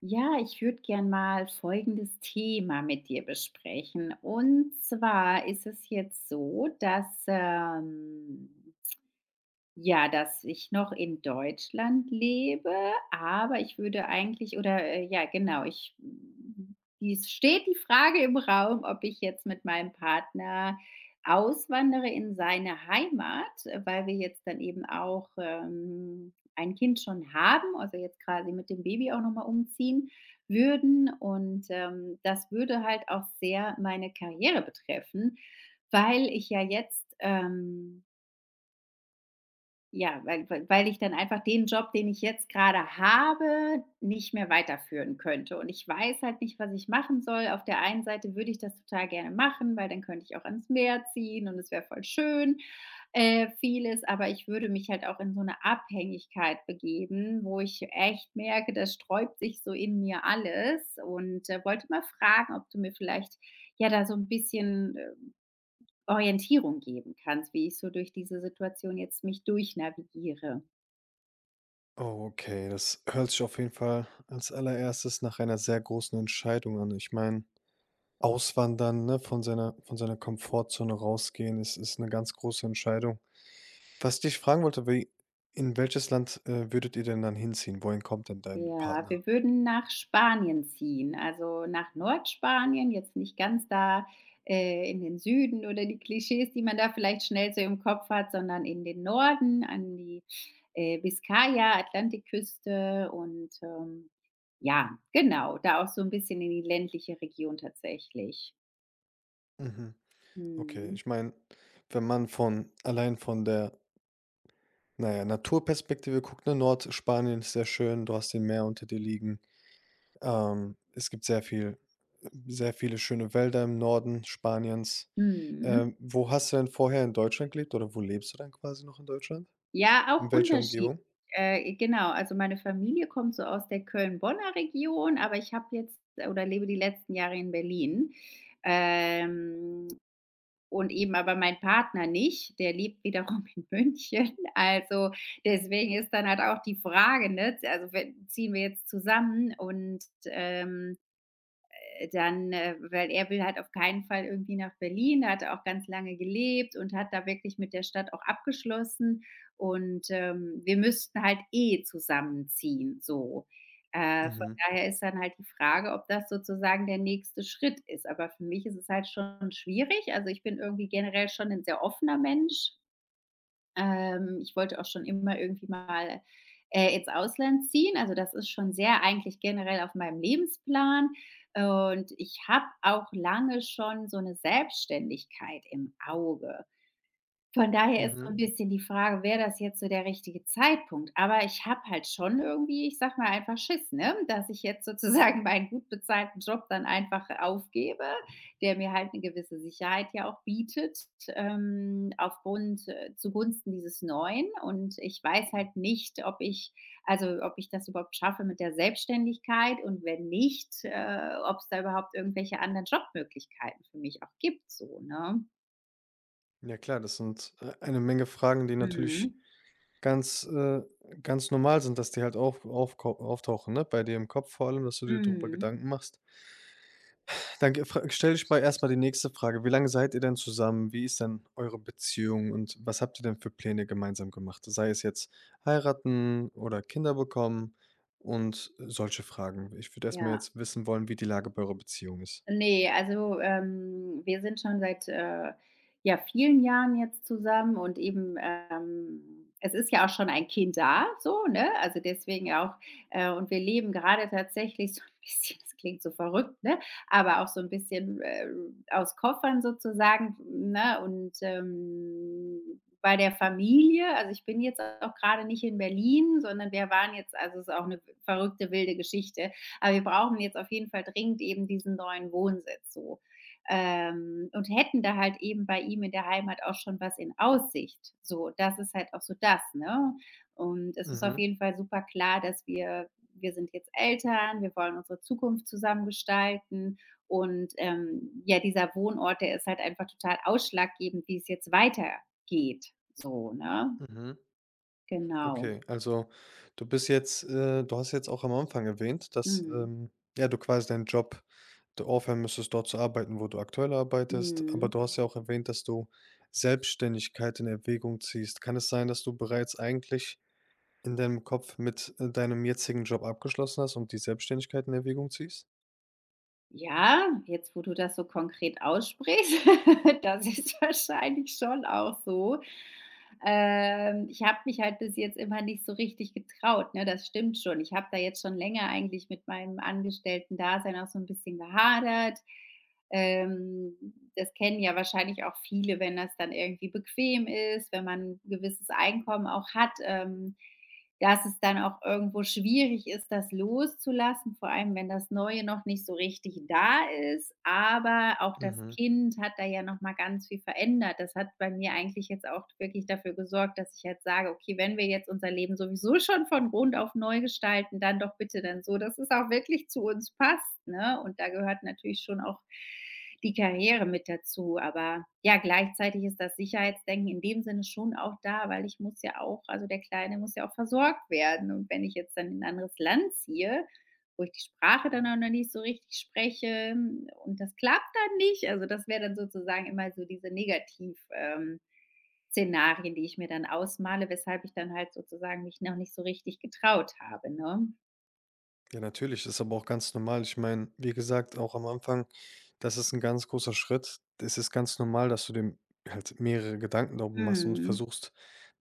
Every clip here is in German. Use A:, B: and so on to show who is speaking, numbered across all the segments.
A: Ja, ich würde gern mal folgendes Thema mit dir besprechen. Und zwar ist es jetzt so, dass ja, dass ich noch in Deutschland lebe, aber ich würde eigentlich oder, ja, genau, ich hm, es steht die Frage im Raum, ob ich jetzt mit meinem Partner auswandere in seine Heimat, weil wir jetzt dann eben auch, ein Kind schon haben, also jetzt quasi mit dem Baby auch noch mal umziehen würden. Und, das würde halt auch sehr meine Karriere betreffen, weil ich ja jetzt, ja, weil ich dann einfach den Job, den ich jetzt gerade habe, nicht mehr weiterführen könnte. Und ich weiß halt nicht, was ich machen soll. Auf der einen Seite würde ich das total gerne machen, weil dann könnte ich auch ans Meer ziehen und es wäre voll schön, vieles. Aber ich würde mich halt auch in so eine Abhängigkeit begeben, wo ich echt merke, das sträubt sich so in mir alles, und, wollte mal fragen, ob du mir vielleicht, ja, da so ein bisschen, Orientierung geben kannst, wie ich so durch diese Situation jetzt mich durchnavigiere.
B: Oh, okay, das hört sich auf jeden Fall als allererstes nach einer sehr großen Entscheidung an. Ich meine, auswandern, ne, von seiner Komfortzone rausgehen, ist eine ganz große Entscheidung. Was ich dich fragen wollte, wie in welches Land, würdet ihr denn dann hinziehen? Wohin kommt denn dein
A: Ja,
B: Partner?
A: wir würden nach Spanien ziehen, also nach Nordspanien, jetzt nicht ganz da in den Süden oder die Klischees, die man da vielleicht schnell so im Kopf hat, sondern in den Norden, an die Biskaya, Atlantikküste und ja, genau, da auch so ein bisschen in die ländliche Region tatsächlich.
B: Mhm, okay.
A: Mhm.
B: Ich meine, wenn man von der, naja, Naturperspektive guckt, ne, Nordspanien ist sehr schön, du hast den Meer unter dir liegen. Es gibt sehr viele schöne Wälder im Norden Spaniens.
A: Mhm.
B: Wo hast du denn vorher in Deutschland gelebt oder wo lebst du dann quasi noch in Deutschland?
A: Ja,
B: In
A: auch
B: welcher
A: unterschiedlich.
B: Umgebung?
A: Genau, also meine Familie kommt so aus der Köln-Bonner Region, aber ich habe jetzt oder lebe die letzten Jahre in Berlin. Ähm, und eben aber mein Partner nicht, der lebt wiederum in München. Also deswegen ist dann halt auch die Frage, ne, z also we ziehen wir jetzt zusammen, und, dann weil er will halt auf keinen Fall irgendwie nach Berlin. Da hat er auch ganz lange gelebt und hat da wirklich mit der Stadt auch abgeschlossen. Und, wir müssten halt eh zusammenziehen, so. Von
B: Mhm,
A: daher ist dann halt die Frage, ob das sozusagen der nächste Schritt ist. Aber für mich ist es halt schon schwierig. Also, ich bin irgendwie generell schon ein sehr offener Mensch. Ich wollte auch schon immer irgendwie mal, ins Ausland ziehen. Also, das ist schon sehr eigentlich generell auf meinem Lebensplan. Und ich habe auch lange schon so eine Selbstständigkeit im Auge. Von daher ist so ein
B: mhm.
A: bisschen die Frage, wäre das jetzt so der richtige Zeitpunkt? Aber ich habe halt schon irgendwie, ich sag mal, einfach Schiss, ne, dass ich jetzt sozusagen meinen gut bezahlten Job dann einfach aufgebe, der mir halt eine gewisse Sicherheit ja auch bietet, aufgrund zugunsten dieses Neuen. Und ich weiß halt nicht, ob ich also, ob ich das überhaupt schaffe mit der Selbstständigkeit, und wenn nicht, ob es da überhaupt irgendwelche anderen Jobmöglichkeiten für mich auch gibt so, ne?
B: Ja klar, das sind, eine Menge Fragen, die natürlich
A: Mhm.
B: ganz, äh ganz normal sind, dass die halt auftauchen, ne, bei dir im Kopf vor allem, dass du dir darüber
A: Mhm.
B: Gedanken machst. Dann ge fra stelle ich mal erst mal die nächste Frage. Wie lange seid ihr denn zusammen? Wie ist denn eure Beziehung und was habt ihr denn für Pläne gemeinsam gemacht? Sei es jetzt heiraten oder Kinder bekommen und solche Fragen. Ich würde erst mal
A: Ja,
B: jetzt wissen wollen, wie die Lage bei eurer Beziehung ist.
A: ne, also, wir sind schon seit, ja, vielen Jahren jetzt zusammen, und eben, es ist ja auch schon ein Kind da, so, ne? Also, deswegen auch und wir leben gerade tatsächlich so ein bisschen, das klingt so verrückt, ne, aber auch so ein bisschen, aus Koffern sozusagen, ne, und, bei der Familie. Also, ich bin jetzt auch gerade nicht in Berlin, sondern wir waren jetzt also, es ist auch eine verrückte wilde Geschichte. Aber wir brauchen jetzt auf jeden Fall dringend eben diesen neuen Wohnsitz so, und hätten da halt eben bei ihm in der Heimat auch schon was in Aussicht. So, das ist halt auch so das, ne? Und es ist auf
B: Mhm,
A: jeden Fall super klar, dass wir wir sind jetzt Eltern, wir wollen unsere Zukunft zusammen gestalten, und, ja, dieser Wohnort, der ist halt einfach total ausschlaggebend, wie es jetzt weitergeht, so, ne?
B: mhm.
A: Genau.
B: Okay, also du hast jetzt auch am Anfang erwähnt, dass,
A: Mhm.
B: ja, du quasi deinen Job du aufhören müsstest, dort zu arbeiten, wo du aktuell arbeitest. Aber
A: Mhm.
B: du hast ja auch erwähnt, dass du Selbstständigkeit in Erwägung ziehst. Kann es sein, dass du bereits eigentlich in deinem Kopf mit, deinem jetzigen Job abgeschlossen hast und die Selbstständigkeit in Erwägung ziehst?
A: Ja, jetzt, wo du das so konkret aussprichst, das ist wahrscheinlich schon auch so. Ich habe mich halt bis jetzt immer nicht so richtig getraut, ne? Das stimmt schon. Ich habe da jetzt schon länger eigentlich mit meinem Angestellten-Dasein auch so ein bisschen gehadert. Ähm, das kennen ja wahrscheinlich auch viele, wenn das dann irgendwie bequem ist, wenn man 'n gewisses Einkommen auch hat, dass es dann auch irgendwo schwierig ist, das loszulassen, vor allem wenn das Neue noch nicht so richtig da ist. Aber auch das
B: Mhm.
A: Kind hat da ja noch mal ganz viel verändert. Das hat bei mir eigentlich jetzt auch wirklich dafür gesorgt, dass ich jetzt sage: „Okay, wenn wir jetzt unser Leben sowieso schon von Grund auf neu gestalten, dann doch bitte dann so, dass es auch wirklich zu uns passt“, ne? Und da gehört natürlich schon auch die Karriere mit dazu. Aber ja, gleichzeitig ist das Sicherheitsdenken in dem Sinne schon auch da, weil ich muss ja auch also, der Kleine muss ja auch versorgt werden. Und wenn ich jetzt dann in 'n anderes Land ziehe, wo ich die Sprache dann auch noch nicht so richtig spreche und das klappt dann nicht, also, das wäre dann sozusagen immer so diese Negativ Szenarien, die ich mir dann ausmale, weshalb ich dann halt sozusagen mich noch nicht so richtig getraut habe, ne?
B: Ja, natürlich, das ist aber auch ganz normal. Ich meine, wie gesagt, auch am Anfang, das ist ein ganz großer Schritt. Es ist ganz normal, dass du dir halt mehrere Gedanken darum machst und
A: Mhm.
B: versuchst,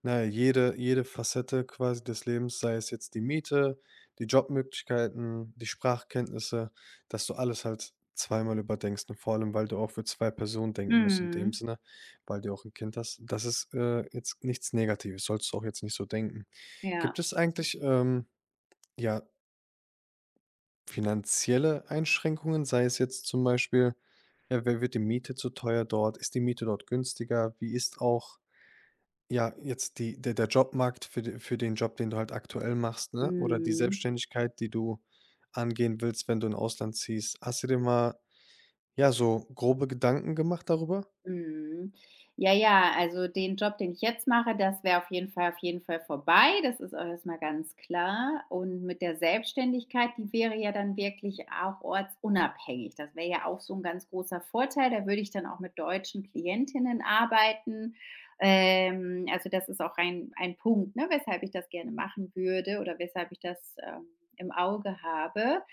B: na ja, jede Facette quasi des Lebens, sei es jetzt die Miete, die Jobmöglichkeiten, die Sprachkenntnisse, dass du alles halt zweimal überdenkst und vor allem, weil du auch für 2 Personen denken musst in dem
A: Mhm.
B: Sinne, weil du auch ein Kind hast. Das ist, jetzt nichts Negatives, sollst du auch jetzt nicht so denken. Gibt
A: Ja.
B: es eigentlich, ja, finanzielle Einschränkungen, sei es jetzt zum Beispiel, ja, wer wird die Miete zu teuer dort? Ist die Miete dort günstiger? Wie ist auch, ja, jetzt die der der Jobmarkt für den Job, den du halt aktuell machst, ne, oder die
A: Mhm.
B: Selbstständigkeit, die du angehen willst, wenn du in Ausland ziehst. Hast du dir mal ja, so grobe Gedanken gemacht darüber?
A: Mhm. Ja, ja, also den Job, den ich jetzt mache, das wäre auf jeden Fall vorbei. Das ist auch erstmal ganz klar. Und mit der Selbstständigkeit, die wäre ja dann wirklich auch ortsunabhängig. Das wäre ja auch so ein ganz großer Vorteil. Da würde ich dann auch mit deutschen Klientinnen arbeiten. Also das ist auch ein Punkt, ne, weshalb ich das gerne machen würde oder weshalb ich das, im Auge habe.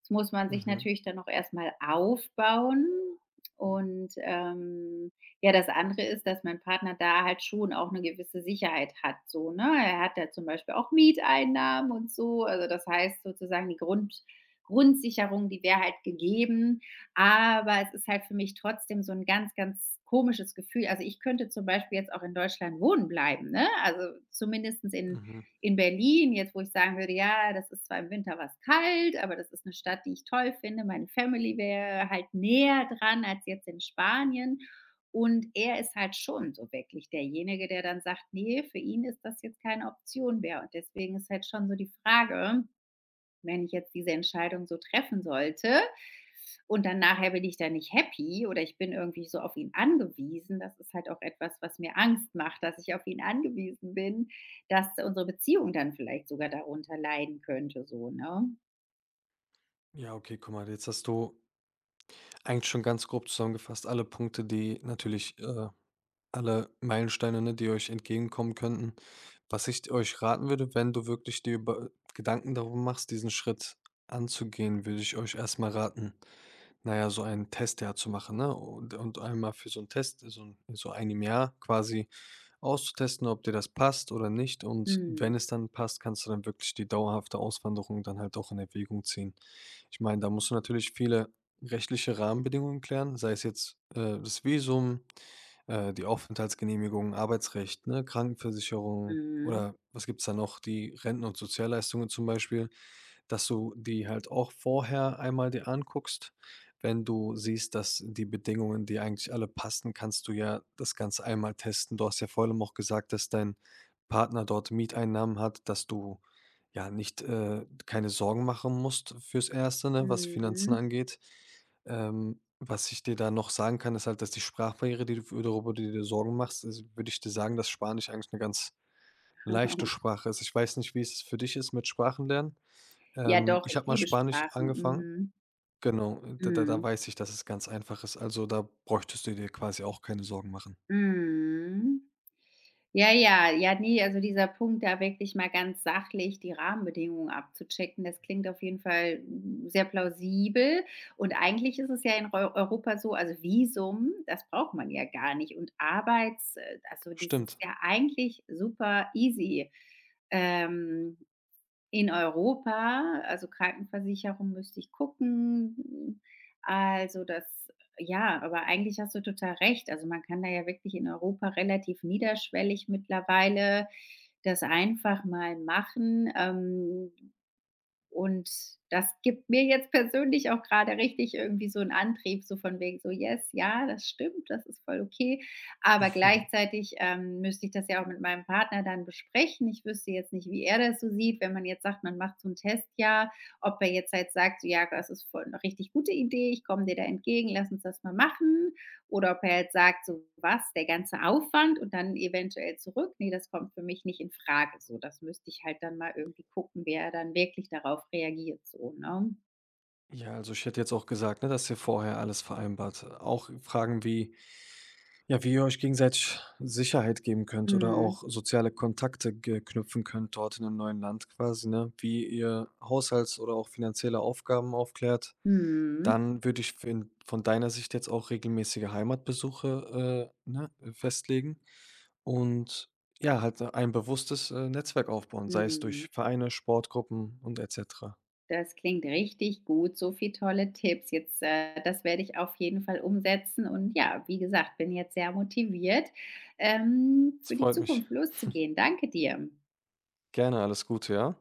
A: Das muss man sich
B: Mhm,
A: natürlich dann noch erstmal aufbauen. Und, ja, das andere ist, dass mein Partner da halt schon auch eine gewisse Sicherheit hat so, ne? Er hat ja zum Beispiel auch Mieteinnahmen und so. Also, das heißt sozusagen, die Grundsicherung, die wäre halt gegeben, aber es ist halt für mich trotzdem so ein ganz, ganz komisches Gefühl. Also, ich könnte zum Beispiel jetzt auch in Deutschland wohnen bleiben, ne? Also, zumindest in
B: mhm.
A: in Berlin, jetzt wo ich sagen würde, ja, das ist zwar im Winter was kalt, aber das ist eine Stadt, die ich toll finde. Meine Family wäre halt näher dran als jetzt in Spanien. Und er ist halt schon so wirklich derjenige, der dann sagt: nee für ihn ist das jetzt keine Option mehr.“ Und deswegen ist halt schon so die Frage, wenn ich jetzt diese Entscheidung so treffen sollte und dann nachher bin ich da nicht happy oder ich bin irgendwie so auf ihn angewiesen. Das ist halt auch etwas, was mir Angst macht, dass ich auf ihn angewiesen bin, dass unsere Beziehung dann vielleicht sogar darunter leiden könnte, so, ne?
B: Ja, okay, guck mal, jetzt hast du eigentlich schon ganz grob zusammengefasst alle Punkte, alle Meilensteine, ne, die euch entgegenkommen könnten. Was ich euch raten würde, wenn du wirklich dir über Gedanken darum machst, diesen Schritt anzugehen, würde ich euch erstmal raten, na ja, so ein Testjahr zu machen, ne? Und einmal für so einen Test, so einem Jahr quasi auszutesten, ob dir das passt oder nicht. Und wenn
A: Mhm.
B: es dann passt, kannst du dann wirklich die dauerhafte Auswanderung dann halt auch in Erwägung ziehen. Ich meine, da musst du natürlich viele rechtliche Rahmenbedingungen klären, sei es jetzt, das Visum, die Aufenthaltsgenehmigung, Arbeitsrecht, ne, Krankenversicherung
A: Mhm.
B: oder was gibt's da noch? Die Renten und Sozialleistungen zum Beispiel, dass du die halt auch vorher einmal dir anguckst. Wenn du siehst, dass die Bedingungen die eigentlich alle passen, kannst du ja das Ganze einmal testen. Du hast ja vor allem auch gesagt, dass dein Partner dort Mieteinnahmen hat, dass du ja nicht keine Sorgen machen musst fürs Erste, ne, was Finanzen
A: Mhm.
B: angeht. Was ich dir da noch sagen kann, ist halt, dass die Sprachbarriere, darüber du dir Sorgen machst, ist, würde ich dir sagen, dass Spanisch eigentlich eine ganz leichte Sprache ist. Ich weiß nicht, wie es für dich ist mit Sprachenlernen.
A: Ja
B: Ähm,
A: doch,
B: ich
A: ich
B: habe mal
A: liebe
B: Spanisch
A: Sprachen.
B: angefangen.
A: Mhm.
B: Genau, da
A: Mhm.
B: weiß ich, dass es ganz einfach ist. Also, da bräuchtest du dir quasi auch keine Sorgen machen.
A: Mhm. Ja, ja, ja, ne, also dieser Punkt, da wirklich mal ganz sachlich die Rahmenbedingungen abzuchecken, das klingt auf jeden Fall sehr plausibel. Und eigentlich ist es ja in Eu Europa so, also Visum, das braucht man ja gar nicht. Und Arbeits also, dieses
B: Stimmt.
A: ja eigentlich super easy. Ähm. In Europa, also Krankenversicherung müsste ich gucken. Also, das ja, aber eigentlich hast du total recht. Also, man kann da ja wirklich in Europa relativ niederschwellig mittlerweile das einfach mal machen. Und das gibt mir jetzt persönlich auch gerade richtig irgendwie so einen Antrieb, so von wegen so: „Yes, ja, das stimmt, das ist voll okay.“ Aber gleichzeitig, müsste ich das ja auch mit meinem Partner dann besprechen. Ich wüsste jetzt nicht, wie er das so sieht, wenn man jetzt sagt, man macht so 'n Testjahr, ob er jetzt halt sagt: so, „Ja, das ist voll 'ne richtig gute Idee, ich komme dir da entgegen, lass uns das mal machen.“ oder ob er jetzt sagt, so was, der ganze Aufwand und dann eventuell zurück, nee, das kommt für mich nicht in Frage. So, das müsste ich halt dann mal irgendwie gucken, wie er dann wirklich darauf reagiert, so, ne?
B: Ja, also ich hätte jetzt auch gesagt, ne, dass ihr vorher alles vereinbart. Auch Fragen wie, ja, wie ihr euch gegenseitig Sicherheit geben könnt oder
A: Mhm.
B: auch soziale Kontakte ge knüpfen könnt dort in einem neuen Land quasi, ne? Wie ihr Haushalts oder auch finanzielle Aufgaben aufklärt.
A: Mhm.
B: Dann würde ich fin von deiner Sicht jetzt auch regelmäßige Heimatbesuche, ne, festlegen und ja, halt so ein bewusstes, Netzwerk aufbauen, sei es durch
A: Mhm.
B: Vereine, Sportgruppen und et cetera.
A: Das klingt richtig gut, so viel tolle Tipps. Jetzt, das werde ich auf jeden Fall umsetzen und ja, wie gesagt, bin jetzt sehr motiviert,
B: Es
A: für die
B: freut mich.
A: Zukunft loszugehen. Danke dir.
B: Gerne, alles Gute, ja?